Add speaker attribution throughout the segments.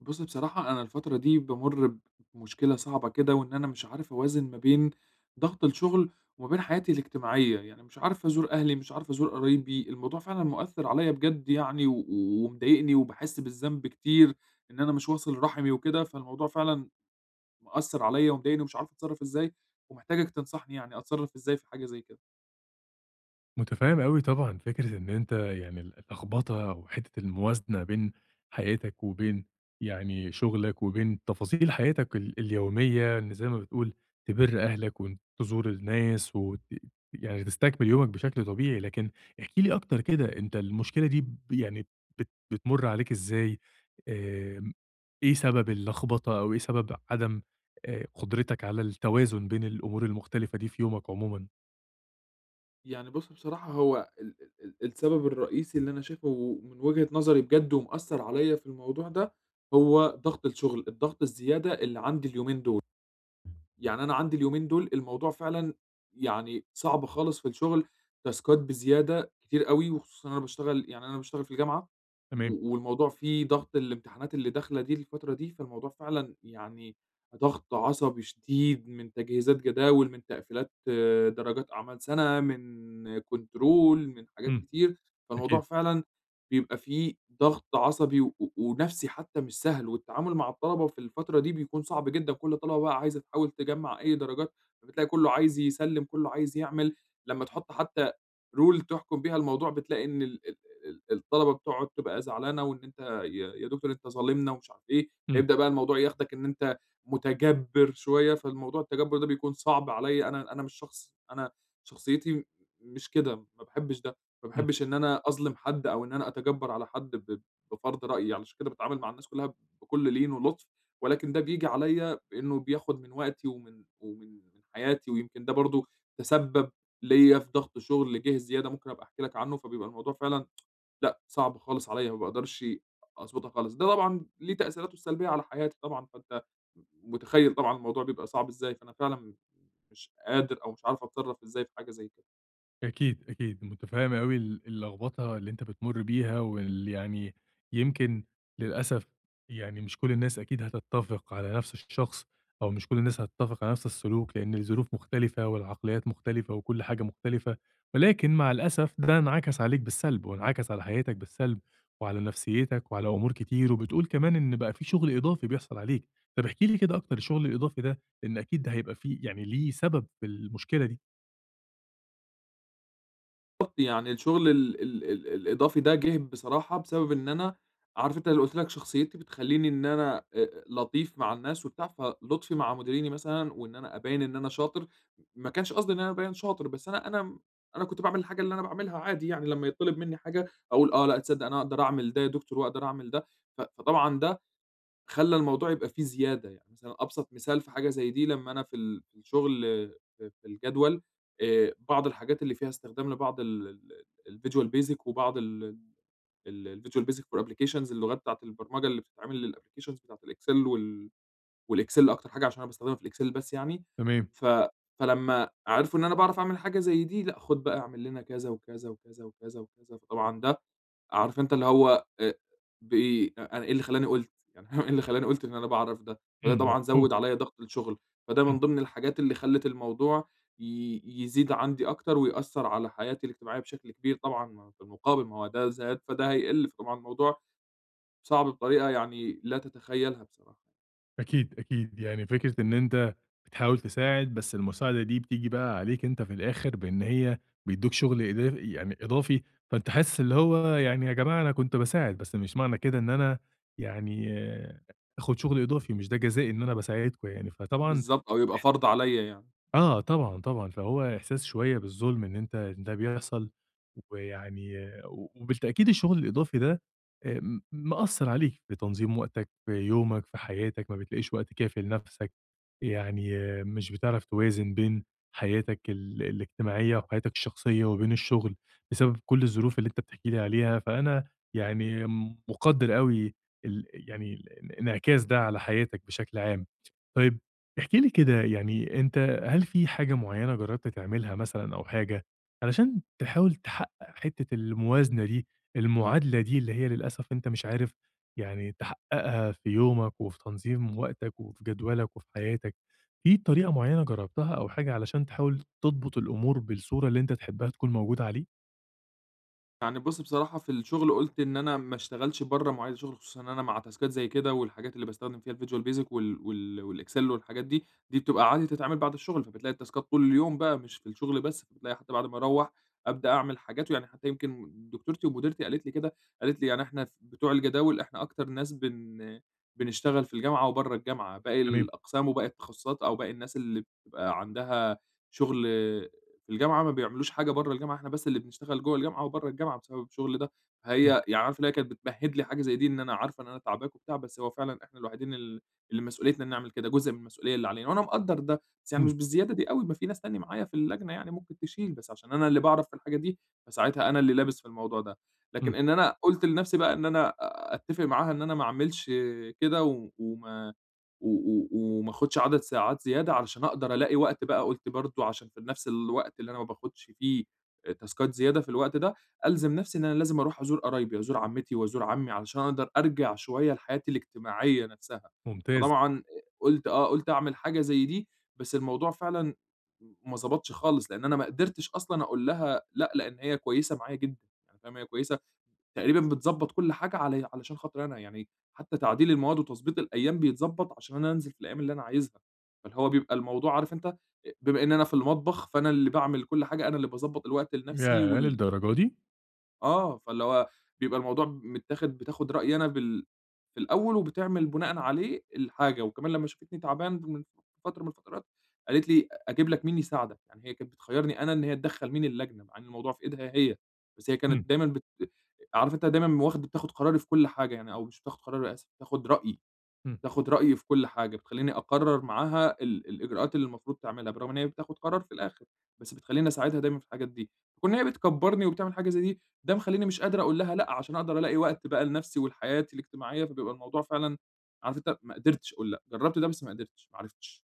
Speaker 1: بُص بصراحة أنا الفترة دي بامُر بمشكلة صعبة كده، وإن أنا مش عارف أوازن ما بين ضغط الشغل وما بين حياتي الاجتماعية. يعني مش عارف أزور أهلي، مش عارف أزور قرايبي، الموضوع فعلًا مؤثّر عليَّ بجد يعني و ومضايقني وباحس بالذنب كتير إن أنا مش واصل لرحمي وكده. فالموضوع فعلًا مأثّر عليَّ ومضايقني ومش عارف أتصرّف إزاي، ومحتاجك تنصحني يعني أتصرّف إزاي في حاجة زي كده؟
Speaker 2: متفهم أوي طبعًا، فكرة إن أنت يعني اللخبطة أو حتة الموازنة بين حياتك وبين يعني شغلك وبين تفاصيل حياتك اليومية، إن زي ما بتقول تبِر أهلك وإن تزور الناس وت يعني تستكمل يومك بشكل طبيعي، لكن احكِ لي أكتر كده أنت المشكلة دي يعني بتمُر عليك إزاي؟ آمم، إيه سبب اللخبطة أو إيه سبب عدم قدرتك على التوازن بين الأمور المختلفة دي في يومك عمومًا؟
Speaker 1: يعني بُص بصراحة هو ال ال ال السبب الرئيسي اللي أنا شايفه ومن وجهة نظري بجد ومأثّر عليّا في الموضوع ده، هو ضغط الشغل، الضغط الزيادة اللي عندي اليومين دول. يعني أنا عندي اليومين دول الموضوع فعلًا يعني صعب خالص في الشغل، تاسكات بزيادة كتير أوي وخصوصًا أنا باشتغل في الجامعة،
Speaker 2: تمام.
Speaker 1: و والموضوع فيه ضغط الامتحانات اللي داخلة دي الفترة دي. فالموضوع فعلًا يعني ضغط عصبي شديد من تجهيزات جداول، من تقفيلات، درجات أعمال سَنة، من كنترول، من حاجات
Speaker 2: إمم.
Speaker 1: كتير. فالموضوع
Speaker 2: أكيد.
Speaker 1: فعلًا بيبقى فيه ضغط عصبي ونفسي حتى مش سهل، والتعامل مع الطلبة في الفترة دي بيكون صعب جدًا. كل طَلَبة بقى عايزة تحاول تجمّع أي درجات، فبتلاقي كُلّه عايز يسلِّم، كُلّه عايز يعمل. لمّا تحُط حتى rule تحكم بيها الموضوع بتلاقي إن ال ال ال الطلبة بتقعد تبقى زعلانة وإن أنت يا دكتور أنت ظالمنا ومش عارف إيه.
Speaker 2: إمم.
Speaker 1: فيبدأ بقى الموضوع ياخدك إن أنت متجبّر شوية، فالموضوع التجبُّر ده بيكون صعب عليّا، أنا مش شخص، أنا شخصيتي مش كده، ما باحبّش ده، ما
Speaker 2: إمم.
Speaker 1: باحبّش إن أنا أظلم حد أو إن أنا أتجبّر على حد بفرض رأيي. علشان كده باتعامل مع الناس كلّها بكل لين ولطف، ولكن ده بييجي عليّا بإنه بياخد من وقتي ومن حياتي. ويمكن ده برضه تسبّب ليّا في ضغط شغل جِه زيادة ممكن أبقى أحكي لك عنه. فبيبقى الموضوع فعلًا، لأ، صعب خالص عليّا، ما باقدرش أضبطها خالص. ده طبعًا ليه تأثيراته السلبية على حياتي طبعًا، فأنت متخيّل طبعًا الموضوع بيبقى صعب إزاي، فأنا فعلًا مش قادر أو مش عارف أتصرّف إزاي في حاجة زي كده.
Speaker 2: أكيد، أكيد، متفهّم أوي اللخبطة اللي أنت بتمُر بيها، واللي يعني يمكن للأسف يعني مش كل الناس أكيد هتتّفق على نفس الشخص، أو مش كل الناس هتتّفق على نفس السلوك، لإن الظروف مختلفة والعقليات مختلفة وكل حاجة مختلفة، ولكن مع الأسف ده انعكس عليك بالسلب، وانعكس على حياتك بالسلب، وعلى نفسيتك، وعلى أمور كتير، وبتقول كمان إن بقى في شغل إضافي بيحصل عليك، طَب احكِ لي كده أكتر الشغل الإضافي ده، لإن أكيد ده هيبقى في يعني ليه سبب في المشكلة دي.
Speaker 1: بالضبط، يعني الشغل ال ال ال الإضافي ده جِه بصراحة بسبب إن أنا عارف أنت اللي قُلت لك شخصيتي بتخلّيني إن أنا لطيف مع الناس وبتاع. فلطفي مع مديريني مثلًا وإن أنا أبيّن إن أنا شاطر، ما كانش قصدي إن أنا أبيّن شاطر، بس أنا كنت باعمل الحاجة اللي أنا باعملها عادي يعني لما يتطلب منّي حاجة أقول آه، لأ تصدق أنا أقدر أعمل ده يا دكتور وأقدر أعمل ده. فطبعًا ده خلّى الموضوع يبقى فيه زيادة. يعني مثلًا أبسط مثال في حاجة زي دي لمّا أنا في الشغل، في الجدول، بعض الحاجات اللي فيها استخدام لبعض ال ال الvisual basic وبعض ال ال الvisual basic for applications، اللغات بتاعة البرمجة اللي بتتعمل للapplications بتاعة الExcel وال والExcel، أكتر حاجة عشان أنا باستخدمها في الExcel بس يعني.
Speaker 2: تمام.
Speaker 1: ف فلمّا عرفوا إن أنا باعرف أعمل حاجة زي دي، لأ خُد بقى اعمل لنا كذا وكذا وكذا وكذا وكذا. فطبعًا ده عارف أنت اللي هو، بي أ أنا إيه اللي خلّاني قُلت، يعني إيه اللي خلّاني قُلت إن أنا باعرف ده. فده
Speaker 2: إمم،
Speaker 1: طبعًا
Speaker 2: مفهوم.
Speaker 1: زوّد عليَّ ضغط الشغل، فده من
Speaker 2: إمم.
Speaker 1: ضمن الحاجات اللي خلّت الموضوع يزيد عندي أكتر ويأثّر على حياتي الاجتماعية بشكل كبير طبعًا. ما في المقابل ما هو ده زاد فده هيقِل. فطبعًا الموضوع صعب بطريقة يعني لا تتخيّلها بصراحة.
Speaker 2: أكيد، أكيد، يعني فكرة إن أنت بتحاول تساعد، بس المساعدة دي بتيجي بقى عليك أنت في الآخر بإن هي بيدّوك شغل إضاف يعني إضافي، فأنت حاسس اللي هو يعني يا جماعة أنا كنت باساعد، بس مش معنى كده إن أنا يعني آه، آخُد شغل إضافي، مش ده جزائي إن أنا باساعدكم يعني، فطبعًا
Speaker 1: بالضبط، أو يبقى
Speaker 2: إحساس
Speaker 1: فرض عليَّ يعني.
Speaker 2: آه طبعًا، طبعًا، فهو إحساس شوية بالظلم إن أنت إن ده بيحصل، ويعني آه، وبالتأكيد الشغل الإضافي ده مأثّر عليك في تنظيم وقتك، في يومك، في حياتك، ما بتلاقيش وقت كافي لنفسك، يعني آه، مش بتعرف توازن بين حياتك الاجتماعية وحياتك الشخصية وبين الشغل، بسبب كل الظروف اللي أنت بتحكي لي عليها، فأنا يعني مُقدّر أوي يعني الانعكاس ده على حياتك بشكل عام. طيب احكِ لي كده يعني أنت هل في حاجة معيّنة جرّبت تعملها مثلًا أو حاجة علشان تحاول تحقق حتّة الموازنة دي، المعادلة دي اللي هي للأسف أنت مش عارف يعني تحققها في يومك وفي تنظيم وقتك وفي جدولك وفي حياتك، في طريقة معيّنة جرّبتها أو حاجة علشان تحاول تضبط الأمور بالصورة اللي أنت تحبها تكون موجودة عليه؟
Speaker 1: يعني بُص بصراحة في الشغل قُلت إن أنا ما اشتغلش برّه مواعيد الشغل، خصوصًا إن أنا مع تاسكات زي كده والحاجات اللي باستخدم فيها الvisual basic وال وال والexcel والحاجات دي. دي بتبقى عادي تتعمل بعد الشغل، فبتلاقي التاسكات طول اليوم بقى مش في الشغل بس. فبتلاقي حتى بعد ما أروّح أبدأ أعمل حاجات. ويعني حتى يمكن دكتورتي ومديرتي قالت لي كده، قالت لي: "يعني إحنا بتوع الجداول، إحنا أكتر ناس بنشتغل في الجامعة وبرّه الجامعة، باقي
Speaker 2: تمام.
Speaker 1: الأقسام وباقي التخصصات أو باقي الناس اللي بتبقى عندها شغل في الجامعة ما بيعملوش حاجة برّه الجامعة، إحنا بس اللي بنشتغل جوّه الجامعة وبرّه الجامعة بسبب الشغل ده".
Speaker 2: إمم.
Speaker 1: فهي يعني عارفة، اللي هي كانت بتمهِّد لي حاجة زي دي، إن أنا عارفة إن أنا تعباك وبتاع، بس هو فعلًا إحنا الوحيدين اللي مسؤوليتنا إن نعمل كده، جزء من المسؤولية اللي علينا، وأنا مقدّر ده، بس يعني مش
Speaker 2: إمم.
Speaker 1: بالزيادة دي أوي. ما في ناس تانية معايا في اللجنة يعني ممكن تشيل، بس عشان أنا اللي باعرف في الحاجة دي، فساعتها أنا اللي لابس في الموضوع ده. لكن
Speaker 2: إمم.
Speaker 1: إن أنا قُلت لنَفْسي بقى إن أنا أتّفق معاها إن أنا ما أعملش كده و وما و و وما آخدش عدد ساعات زيادة علشان أقدر ألاقي وقت. بقى قُلت برضه عشان في نفس الوقت اللي أنا ما باخدش فيه تاسكات زيادة في الوقت ده، ألزم نفسي إن أنا لازم أروح أزور قرايبي، أزور عمتي وأزور عمي علشان أقدر أرجع شوية لحياتي الاجتماعية نفسها.
Speaker 2: ممتاز.
Speaker 1: فطبعًا، قُلت آه، قُلت أعمل حاجة زي دي. بس الموضوع فعلًا ما ضبطش خالص، لإن أنا ما قدرتش أصلًا أقول لها لأ، لإن هي كويسة معايا جدًا. يعني فاهم، هي كويسة تقريبًا بتضبّط كل حاجة علي علشان خاطري أنا. يعني حتى تعديل المواد وتضبيط الأيام بيتضبّط عشان أنا أنزل في الأيام اللي أنا عايزها. فاللي هو بيبقى الموضوع عارف أنت، بما إن أنا في المطبخ فأنا اللي باعمل كل حاجة، أنا اللي باضبّط الوقت لنفسي
Speaker 2: ياه!
Speaker 1: وال
Speaker 2: للدرجة دي!
Speaker 1: آه، فاللي هو بيبقى الموضوع بتاخد رأيي أنا في الأول وبتعمل بناءً عليه الحاجة. وكمان لمّا شافتني تعبان من فترة من الفترات قالت لي أجيب لك مين يساعدك. يعني هي كانت بتخيّرني أنا إن هي تدخّل مين اللجنة، مع إن الموضوع في إيدها هي. بس هي
Speaker 2: إمم.
Speaker 1: كانت دايمًا عارف أنت دايمًا بتاخد قراري في كل حاجة يعني. أو مش بتاخد قراري، آسف، بتاخد رأيي،
Speaker 2: إمم.
Speaker 1: تاخد رأيي في كل حاجة. بتخلّيني أقرّر معاها الإجراءات اللي المفروض تعملها، بالرغم إن هي بتاخد قرار في الآخر، بس بتخلّيني أساعدها دايمًا في الحاجات دي. كون إن هي بتكبّرني وبتعمل حاجة زي دي، ده مخلّيني مش قادر أقول لها لأ، عشان أقدر ألاقي وقت بقى لنفسي ولحياتي الاجتماعية. فبيبقى الموضوع فعلًا عارف أنت، ما قدرتش أقول لأ، جرّبت ده بس ما قدرتش، ما عرفتش.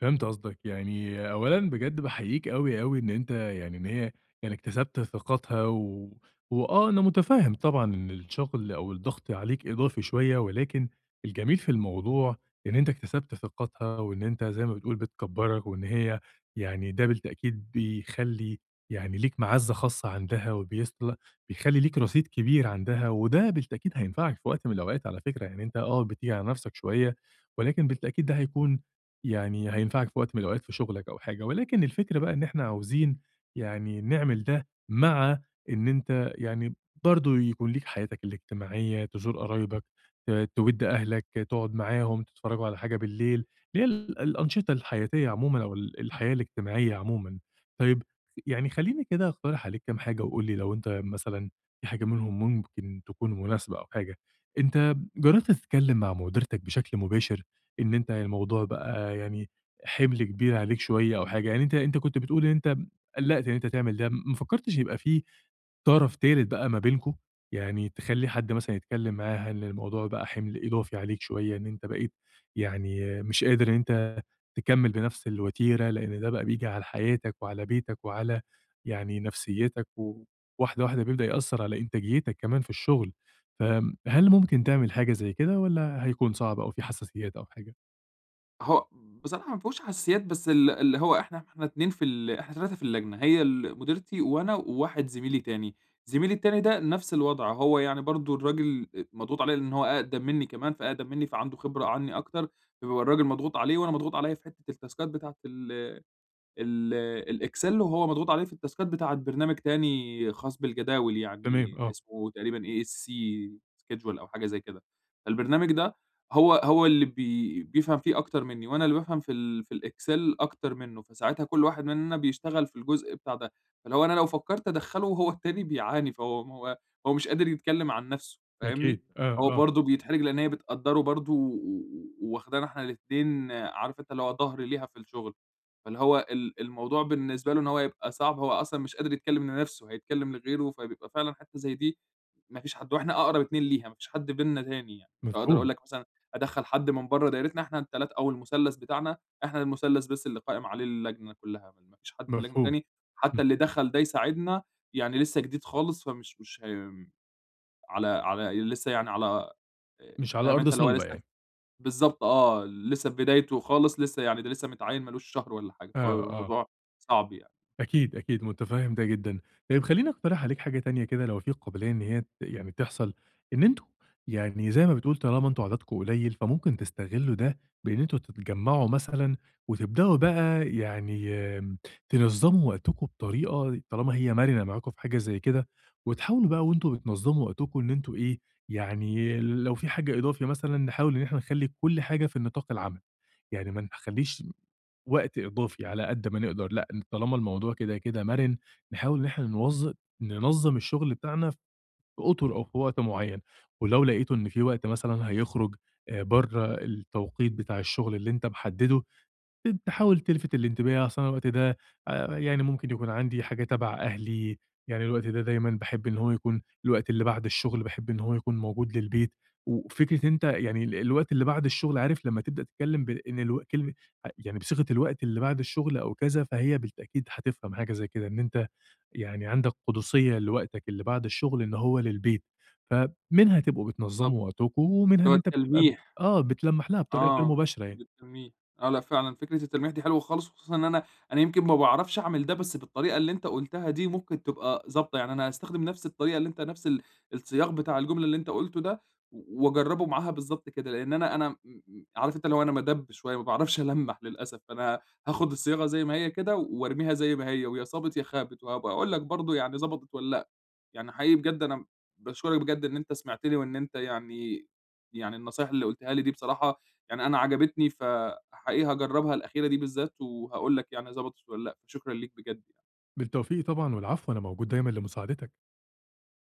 Speaker 2: فهمت قصدك، يعني أولًا بجد باحييك أوي، أوي إن أنت يعني إن هي يعني اكتسبت ثقتها وآه، أنا متفهم طبعًا إن الشغل أو الضغط عليك إضافي شوية، ولكن الجميل في الموضوع إن أنت اكتسبت ثقتها، وإن أنت زي ما بتقول بتكبّرك، وإن هي يعني ده بالتأكيد بيخلّي يعني ليك مَعزّة خاصة عندها، بيخلّي ليك رصيد كبير عندها، وده بالتأكيد هينفعك في وقت من الأوقات على فكرة، يعني أنت آه، بتيجي على نفسك شوية، ولكن بالتأكيد ده هيكون يعني هينفعك في وقت من الأوقات في شغلك أو حاجة، ولكن الفكرة بقى إن إحنا عاوزين يعني نعمل ده مع إن أنت يعني برضه يكون ليك حياتك الاجتماعية، تزور قرايبك، تُوِد أهلك، تقعد معاهم، تتفرّجوا على حاجة بالليل، اللي هي الأنشطة الحياتية عمومًا أو الحياة الاجتماعية عمومًا. طيب يعني خلّيني كده أقترح عليك كام حاجة وقُل لي لو أنت مثلًا في حاجة منهم ممكن تكون مناسبة أو حاجة. أنت جرّبت تتكلّم مع مُديرتك بشكل مباشر؟ إن أنت الموضوع بقى يعني حِمل كبير عليك شوية أو حاجة، يعني أنت كنت بتقول إن أنت قلّقت إن أنت تعمل ده، ما فكّرتش يبقى في طرف تالت بقى ما بينكم، يعني تخلّي حد مثلًا يتكلّم معاه، إن الموضوع بقى حِمل إضافي عليك شوية، إن أنت بقيت يعني مش قادر إن أنت تكمّل بنفس الوتيرة، لإن ده بقى بييجي على حياتك وعلى بيتك وعلى يعني نفسيّتك، وواحدة، واحدة بيبدأ يأثّر على إنتاجيتك كمان في الشغل، هل ممكن تعمل حاجة زي كده والّا هيكون صعب أو في حساسيات أو حاجة؟
Speaker 1: هو بصراحة ما فيهوش حساسيات، بس اللي هو إحنا 3 في اللجنة، هي مديرتي وأنا وواحد زميلي تاني. زميلي التاني ده نفس الوضع، هو يعني برضه الراجل مضغوط عليه لإن هو أقدم منّي كمان، فأقدم منّي فعنده خبرة عنّي أكتر. فبيبقى الراجل مضغوط عليه وأنا مضغوط عليّا في حتّة التاسكات بتاعة ال ال الإكسل وهو مضغوط عليه في التاسكات بتاعة برنامج تاني خاص بالجداول
Speaker 2: تمام
Speaker 1: يعني
Speaker 2: آه.
Speaker 1: اسمه تقريبًا ASC schedule أو حاجة زي كده. فالبرنامج ده هو اللي بيفهم فيه أكتر منّي وأنا اللي بافهم في الإكسل أكتر منّه. فساعتها كل واحد مننا بيشتغل في الجزء بتاع ده، فاللي هو أنا لو فكّرت أدخّله وهو التاني بيعاني. فهو ما هو هو مش قادر يتكلّم عن نَفْسه فاهمني.
Speaker 2: أكيد، آه،
Speaker 1: هو
Speaker 2: آه.
Speaker 1: برضه بيتحرج لإن هي بتقدّره برضه و و وواخدانا إحنا الاتنين عارف أنت اللي هو ضهر ليها في الشغل. فاللي هو الموضوع بالنسبة له إن هو هيبقى صعب، هو أصلًا مش قادر يتكلّم لنَفْسه، هيتكلّم لغيره. فبيبقى فعلًا حتّة زي دي ما فيش حد، وإحنا أقرب اتنين ليها. ما فيش حد بيننا تاني يعني، مش هاقدر أقول
Speaker 2: مفهوم.
Speaker 1: لك مثلًا أدخّل حد من برّه دايرتنا. إحنا ال3 أو المثلث بتاعنا، إحنا المثلث بس اللي قائم عليه اللجنة كلّها، ما فيش حد في اللجنة
Speaker 2: مفهوم.
Speaker 1: تاني، حتّى
Speaker 2: إمم.
Speaker 1: اللي دخل ده يساعدنا يعني لسه جديد خالص. فمش مش هي على لسه يعني على آآ
Speaker 2: مش على
Speaker 1: فاهم
Speaker 2: أرض
Speaker 1: أنت اللي هو
Speaker 2: صلبة
Speaker 1: لسه.
Speaker 2: يعني.
Speaker 1: بالضبط آه، لسه في بدايته خالص، لسه يعني ده لسه متعيّن ما لوش شهر والّا حاجة، فهو
Speaker 2: آه،
Speaker 1: بيبقى
Speaker 2: آه.
Speaker 1: الموضوع صعب يعني.
Speaker 2: أكيد، أكيد، متفهّم ده جدًا. طيب خلّيني أقترح عليك حاجة تانية كده لو في قابلية إن هي يعني تحصل، إن أنتم يعني زي ما بتقول طالما أنتم عددكم قليل، فممكن تستغلّوا ده بإن أنتم تتجمّعوا مثلًا وتبدؤوا بقى يعني آمم، تنظّموا وقتكم بطريقة طالما هي مَرِنة معاكم في حاجة زي كده، وتحاولوا بقى وأنتم بتنظّموا وقتكم إن أنتم إيه، يعني لو في حاجة إضافي مثلًا نحاول إن إحنا نخلّي كل حاجة في النطاق العام، يعني ما نخلّيش وقت إضافي على قد ما نقدر، لأ، طالما الموضوع كده، كده مَرِن، نحاول إن إحنا ننظّم الشغل بتاعنا في أطر أو في وقت معيّن، ولو لقيته إن في وقت مثلًا هيخرج برّه التوقيت بتاع الشغل اللي أنت محدّده، تحاول تلفت الانتباه، أصل أنا الوقت ده يعني ممكن يكون عندي حاجة تبع أهلي، يعني الوقت ده دايمًا باحب إن هو يكون الوقت اللي بعد الشغل باحب إن هو يكون موجود للبيت، وفكرة أنت يعني الوقت اللي بعد الشغل عارف لمّا تبدأ تتكلم بإن الو كلمة يعني بصيغة الوقت اللي بعد الشغل أو كذا، فهي بالتأكيد هتفهم حاجة زي كده، إن أنت يعني عندك قدسية لوقتك اللي بعد الشغل إن هو للبيت، فمنها تبقوا
Speaker 1: بالضبط،
Speaker 2: بتنظموا وقتكم، ومنها
Speaker 1: اللي هو
Speaker 2: إن أنت بتبقى ب
Speaker 1: التلميح،
Speaker 2: آه بتلمّح لها بطريقة غير
Speaker 1: آه،
Speaker 2: مباشرة يعني.
Speaker 1: بالتلميح. آه، لأ فعلًا فكرة التلميح دي حلوة خالص، وخصوصًا إن أنا يمكن ما باعرفش أعمل ده، بس بالطريقة اللي أنت قُلتها دي ممكن تبقى ضابطة. يعني أنا هاستخدم نفس الطريقة اللي أنت، نفس السياق بتاع الجملة اللي أنت قُلته ده، وأجرّبه معاها بالضبط كده. لإن أنا أنا م م عارف أنت اللي هو أنا مَدَب شوية، ما باعرفش ألمّح للأسف. فأنا هاخد الصياغة زي ما هي كده وأرميها زي ما هي، ويا صابت يا خابت، وهابقى أقول لك برضه يعني ضبطت والّا لأ. يعني حقيقي بجد أنا باشكرك بجد إن أنت سمعتني، وإن أنت يعني النصايح اللي قُلتها لي دي بصراحة يعني أنا عجبتني. فحقيقي هاجرّبها الأخيرة دي بالذات وهاقول لك يعني ضبطت والّا لأ، فشكرًا ليك بجد يعني.
Speaker 2: بالتوفيق طبعا والعفو أنا موجود دايما لمساعدتك